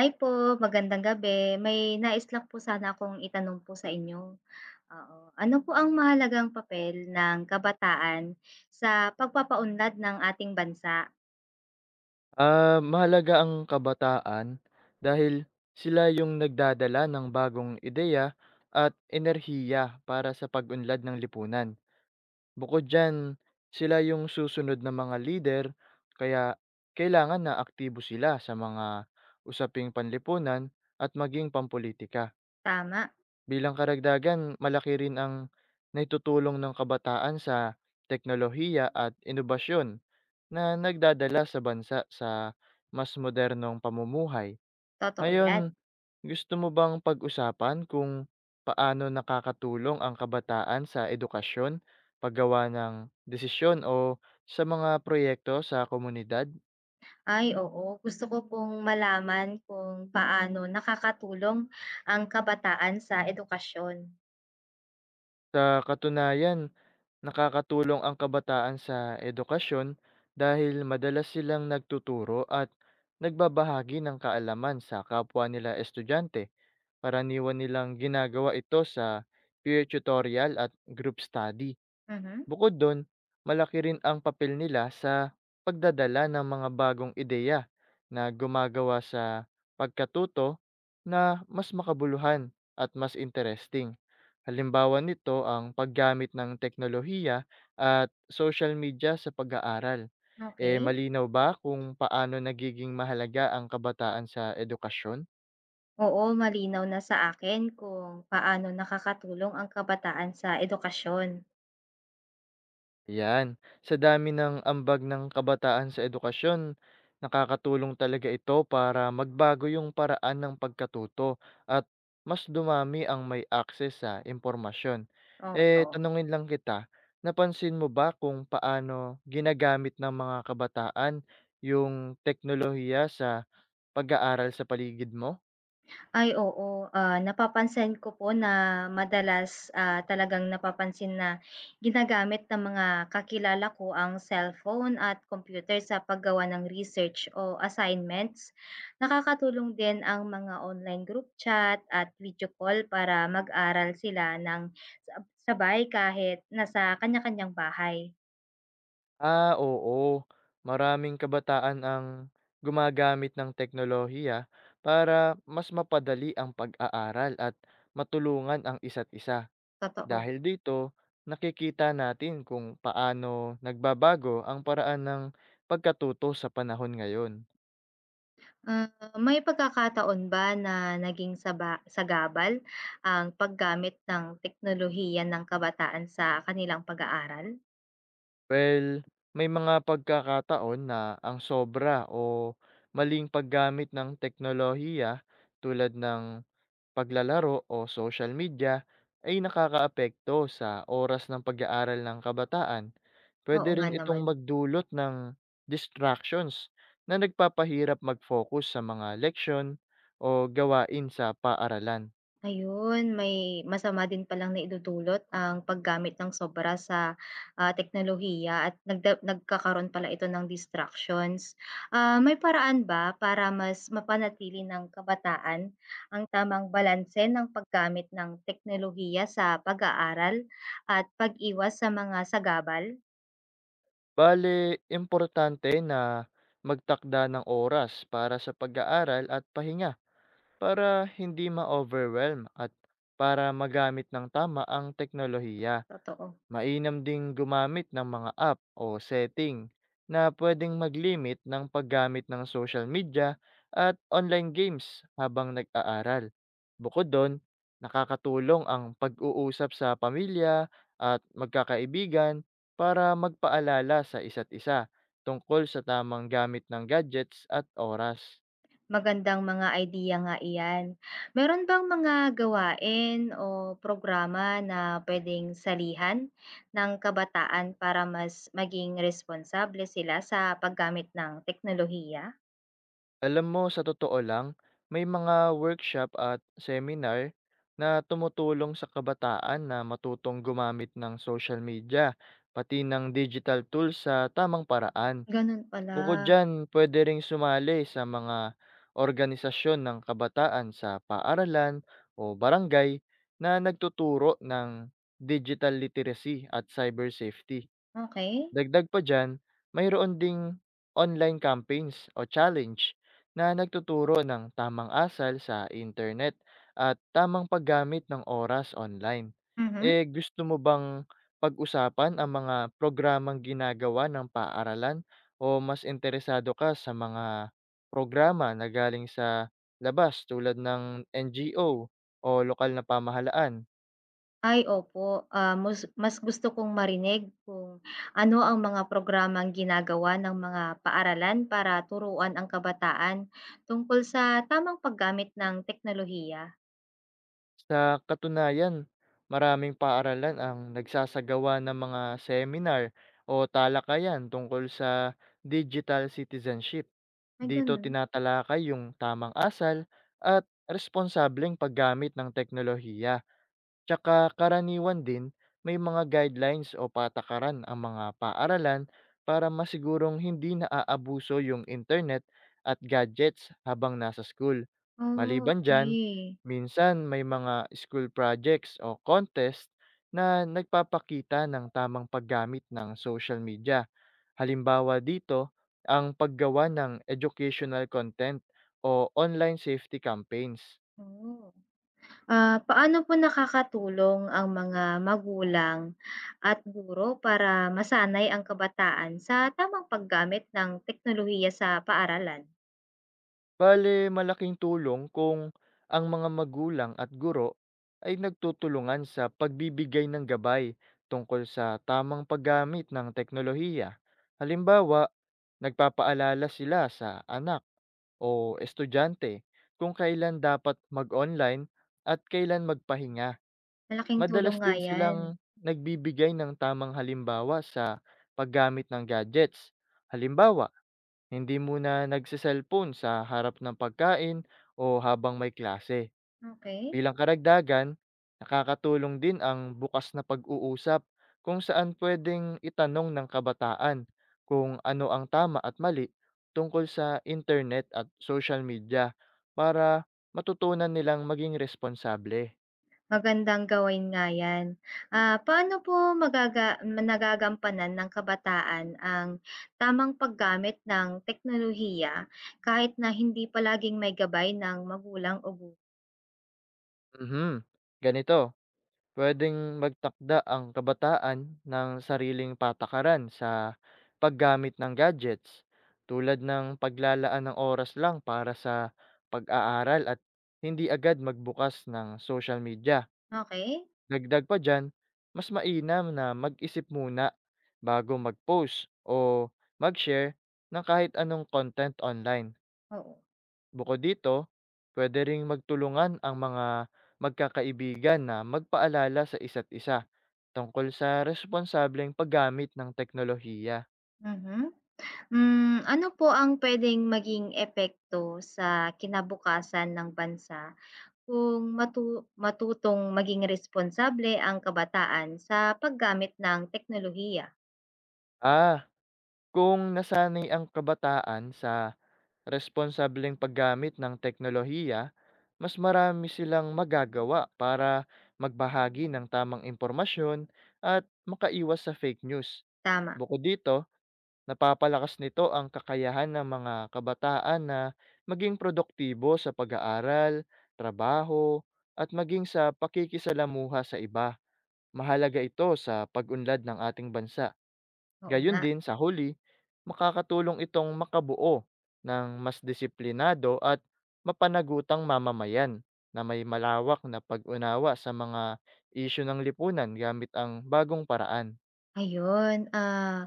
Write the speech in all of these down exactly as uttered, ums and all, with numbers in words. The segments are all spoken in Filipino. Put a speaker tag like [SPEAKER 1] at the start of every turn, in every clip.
[SPEAKER 1] Hi po, magandang gabi. May nais lang po sana akong itanong po sa inyo. Oo. Ano po ang mahalagang papel ng kabataan sa pagpapaunlad ng ating bansa?
[SPEAKER 2] Ah, mahalaga ang kabataan dahil sila yung nagdadala ng bagong ideya at enerhiya para sa pag-unlad ng lipunan. Bukod dyan, sila yung susunod na mga leader kaya kailangan na aktibo sila sa mga usaping panlipunan at maging pampolitika.
[SPEAKER 1] Tama,
[SPEAKER 2] Bilang karagdagan, malaki rin ang naitutulong ng kabataan sa teknolohiya at inobasyon na nagdadala sa bansa sa mas modernong pamumuhay.
[SPEAKER 1] totoo
[SPEAKER 2] Ngayon,
[SPEAKER 1] yan.
[SPEAKER 2] gusto mo bang pag-usapan kung paano nakakatulong ang kabataan sa edukasyon, paggawa ng desisyon o sa mga proyekto sa komunidad?
[SPEAKER 1] Ay, oo. Gusto ko pong malaman kung paano nakakatulong ang kabataan sa edukasyon.
[SPEAKER 2] Sa katunayan, nakakatulong ang kabataan sa edukasyon dahil madalas silang nagtuturo at nagbabahagi ng kaalaman sa kapwa nila estudyante. Karaniwan nilang ginagawa ito sa peer tutorial at group study.
[SPEAKER 1] Mhm.
[SPEAKER 2] Bukod do'n, malaki rin ang papel nila sa pagdadala ng mga bagong ideya na gumagawa sa pagkatuto na mas makabuluhan at mas interesting. Halimbawa nito ang paggamit ng teknolohiya at social media sa pag-aaral. Eh,
[SPEAKER 1] Okay.
[SPEAKER 2] malinaw ba kung paano nagiging mahalaga ang kabataan sa edukasyon?
[SPEAKER 1] Oo, malinaw na sa akin kung paano nakakatulong ang kabataan sa edukasyon.
[SPEAKER 2] Yan sa dami ng ambag ng kabataan sa edukasyon, nakakatulong talaga ito para magbago yung paraan ng pagkatuto at mas dumami ang may access sa impormasyon. Eh,
[SPEAKER 1] Oo.
[SPEAKER 2] tanungin lang kita, napansin mo ba kung paano ginagamit ng mga kabataan yung teknolohiya sa pag-aaral sa paligid mo?
[SPEAKER 1] Ay oo, ah, napapansin ko po na madalas, ah, talagang napapansin na ginagamit ng mga kakilala ko ang cellphone at computer sa paggawa ng research o assignments. Nakakatulong din ang mga online group chat at video call para mag-aral sila ng sab sabay kahit nasa kanya-kanyang bahay,
[SPEAKER 2] Ah, oo. Maraming kabataan ang gumagamit ng teknolohiya para mas mapadali ang pag-aaral at matulungan ang isa't isa.
[SPEAKER 1] totoo.
[SPEAKER 2] Dahil dito, nakikita natin kung paano nagbabago ang paraan ng pagkatuto sa panahon ngayon.
[SPEAKER 1] Ah, may pagkakataon ba na naging saba sagabal ang paggamit ng teknolohiya ng kabataan sa kanilang pag-aaral?
[SPEAKER 2] Well, may mga pagkakataon na ang sobra o maling paggamit ng teknolohiya tulad ng paglalaro o social media ay nakakaapekto sa oras ng pag-aaral ng kabataan.
[SPEAKER 1] Oo
[SPEAKER 2] Pwede
[SPEAKER 1] nga
[SPEAKER 2] rin itong
[SPEAKER 1] naman.
[SPEAKER 2] magdulot ng distractions na nagpapahirap mag-focus sa mga leksyon o gawain sa paaralan.
[SPEAKER 1] Ayun, may masama din palang naidudulot ang paggamit ng sobra sa, ah, teknolohiya at nagda nagkakaroon pala ito ng distractions. Ah, may paraan ba para mas mapanatili ng kabataan ang tamang balanse ng paggamit ng teknolohiya sa pag-aaral at pag-iwas sa mga sagabal?
[SPEAKER 2] Bale, importante na magtakda ng oras para sa pag-aaral at pahinga para hindi ma-overwhelm at para magamit ng tama ang teknolohiya.
[SPEAKER 1] Totoo.
[SPEAKER 2] Mainam ding gumamit ng mga app o setting na pwedeng mag-limit ng paggamit ng social media at online games habang nag-aaral. Bukod doon, nakakatulong ang pag-uusap sa pamilya at magkakaibigan para magpaalala sa isa't isa tungkol sa tamang gamit ng gadgets at oras.
[SPEAKER 1] Magandang mga idea nga iyan. Meron bang mga gawain o programa na puwedeng salihan ng kabataan para mas maging responsable sila sa paggamit ng teknolohiya?
[SPEAKER 2] Alam mo, sa totoo lang, may mga workshop at seminar na tumutulong sa kabataan na matutong gumamit ng social media, pati ng digital tools sa tamang paraan.
[SPEAKER 1] Gano'n pala.
[SPEAKER 2] Bukod dyan, pwede ring sumali sa mga organisasyon ng kabataan sa paaralan o barangay na nagtuturo ng digital literacy at cyber safety.
[SPEAKER 1] Okay.
[SPEAKER 2] Dagdag pa diyan, mayroon ding online campaigns o challenge na nagtuturo ng tamang asal sa internet at tamang paggamit ng oras online.
[SPEAKER 1] Mhm.
[SPEAKER 2] Eh gusto mo bang pag-usapan ang mga programang ginagawa ng paaralan o mas interesado ka sa mga programa na galing sa labas tulad ng NGO o o lokal na pamahalaan?
[SPEAKER 1] Ay opo, ah, mus mas gusto kong marinig kung ano ang mga programang ginagawa ng mga paaralan para turuan ang kabataan tungkol sa tamang paggamit ng teknolohiya.
[SPEAKER 2] Sa katunayan, maraming paaralan ang nagsasagawa ng mga seminar o talakayan tungkol sa digital citizenship.
[SPEAKER 1] Ay
[SPEAKER 2] Dito
[SPEAKER 1] gano'n.
[SPEAKER 2] tinatalakay yung tamang asal at responsableng paggamit ng teknolohiya. Tsaka karaniwan din, may mga guidelines o patakaran ang mga paaralan para masigurong hindi naaabuso yung internet at gadgets habang nasa school. Maliban dyan,
[SPEAKER 1] Okey.
[SPEAKER 2] minsan may mga school projects o contest na nagpapakita ng tamang paggamit ng social media. Halimbawa dito, ang paggawa ng educational content o online safety campaigns.
[SPEAKER 1] Oh. Ah, paano po nakakatulong ang mga magulang at guro para masanay ang kabataan sa tamang paggamit ng teknolohiya sa paaralan?
[SPEAKER 2] Bale, malaking tulong kung ang mga magulang at guro ay nagtutulungan sa pagbibigay ng gabay tungkol sa tamang paggamit ng teknolohiya. Halimbawa, nagpapaalala sila sa anak o estudyante kung kailan dapat mag-online at kailan magpahinga.
[SPEAKER 1] Malaking tulong
[SPEAKER 2] Madalas
[SPEAKER 1] nga
[SPEAKER 2] din
[SPEAKER 1] 'yan.
[SPEAKER 2] silang nagbibigay ng tamang halimbawa sa paggamit ng gadgets. Halimbawa, hindi muna nagse-cellphone sa harap ng pagkain o habang may klase.
[SPEAKER 1] Okey,
[SPEAKER 2] Bilang karagdagan, nakakatulong din ang bukas na pag-uusap kung saan pwedeng itanong ng kabataan kung ano ang tama at mali tungkol sa internet at social media para matutunan nilang maging responsable.
[SPEAKER 1] magandang gawain nga 'yan. Ah, paano po magaga nagagampanan ng kabataan ang tamang paggamit ng teknolohiya kahit na hindi palaging may gabay ng magulang o guro?
[SPEAKER 2] Mhm. Ganito. Puwedeng magtakda ang kabataan ng sariling patakaran sa paggamit ng gadgets, tulad ng paglalaan ng oras lang para sa pag-aaral at hindi agad magbukas ng social media.
[SPEAKER 1] Okey,
[SPEAKER 2] Dagdag pa diyan, mas mainam na mag-isip muna bago mag-post o mag-share ng kahit anong content online.
[SPEAKER 1] oo.
[SPEAKER 2] Bukod dito, puwede ring magtulungan ang mga magkakaibigan na magpaalala sa isa't isa tungkol sa responsableng paggamit ng teknolohiya.
[SPEAKER 1] Mhm. Hmm, ano po ang puwedeng maging epekto sa kinabukasan ng bansa kung matu matutong maging responsable ang kabataan sa paggamit ng teknolohiya?
[SPEAKER 2] Ah, kung nasanay ang kabataan sa responsableng paggamit ng teknolohiya, mas marami silang magagawa para magbahagi ng tamang impormasyon at makaiwas sa fake news.
[SPEAKER 1] Tama,
[SPEAKER 2] Bukod dito, napapalakas nito ang kakayahan ng mga kabataan na maging produktibo sa pag-aaral, trabaho, at maging sa pakikisalamuha sa iba. Mahalaga ito sa pag-unlad ng ating bansa.
[SPEAKER 1] oo
[SPEAKER 2] Gayun
[SPEAKER 1] nga.
[SPEAKER 2] din sa huli, makakatulong itong makabuo ng mas disiplinado at mapanagutang mamamayan na may malawak na pag-unawa sa mga isyu ng lipunan gamit ang bagong paraan.
[SPEAKER 1] Ayun, ah,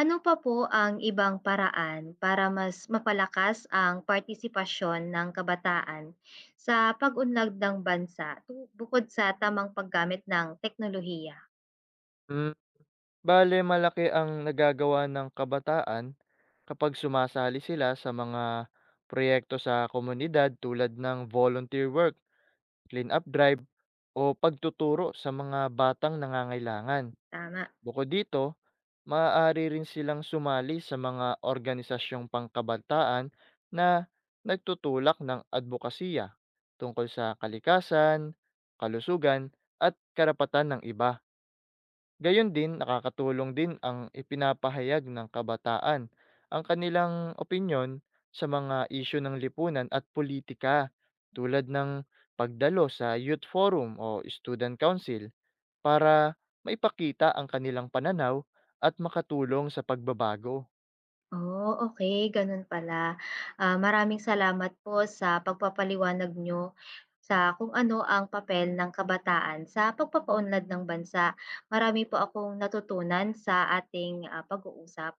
[SPEAKER 1] ano pa po ang ibang paraan para mas mapalakas ang partisipasyon ng kabataan sa pag-unlad ng bansa tu bukod sa tamang paggamit ng teknolohiya?
[SPEAKER 2] Mm, Bale malaki ang nagagawa ng kabataan kapag sumasali sila sa mga proyekto sa komunidad tulad ng volunteer work, clean-up drive, o pagtuturo sa mga batang nangangailangan.
[SPEAKER 1] Tama.
[SPEAKER 2] Bukod dito, maaari rin silang sumali sa mga organisasyong pangkabataan na nagtutulak ng advokasya tungkol sa kalikasan, kalusugan, at karapatan ng iba. Gayon din, nakakatulong din ang ipinapahayag ng kabataan ang kanilang opinyon sa mga isyu ng lipunan at politika tulad ng pagdalo sa youth forum o student council para maipakita ang kanilang pananaw at makatulong sa pagbabago.
[SPEAKER 1] Oh, okay, gano'n pala. Ah, maraming salamat po sa pagpapaliwanag nyo sa kung ano ang papel ng kabataan sa pagpapaunlad ng bansa. Marami po akong natutunan sa ating, ah, pag-uusap.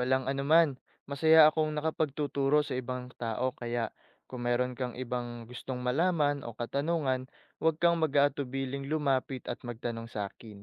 [SPEAKER 2] Walang anuman, masaya akong nakapagtuturo sa ibang tao kaya kung meron kang ibang gustong malaman o katanungan, huwag kang mag-aatubiling lumapit at magtanong sa akin.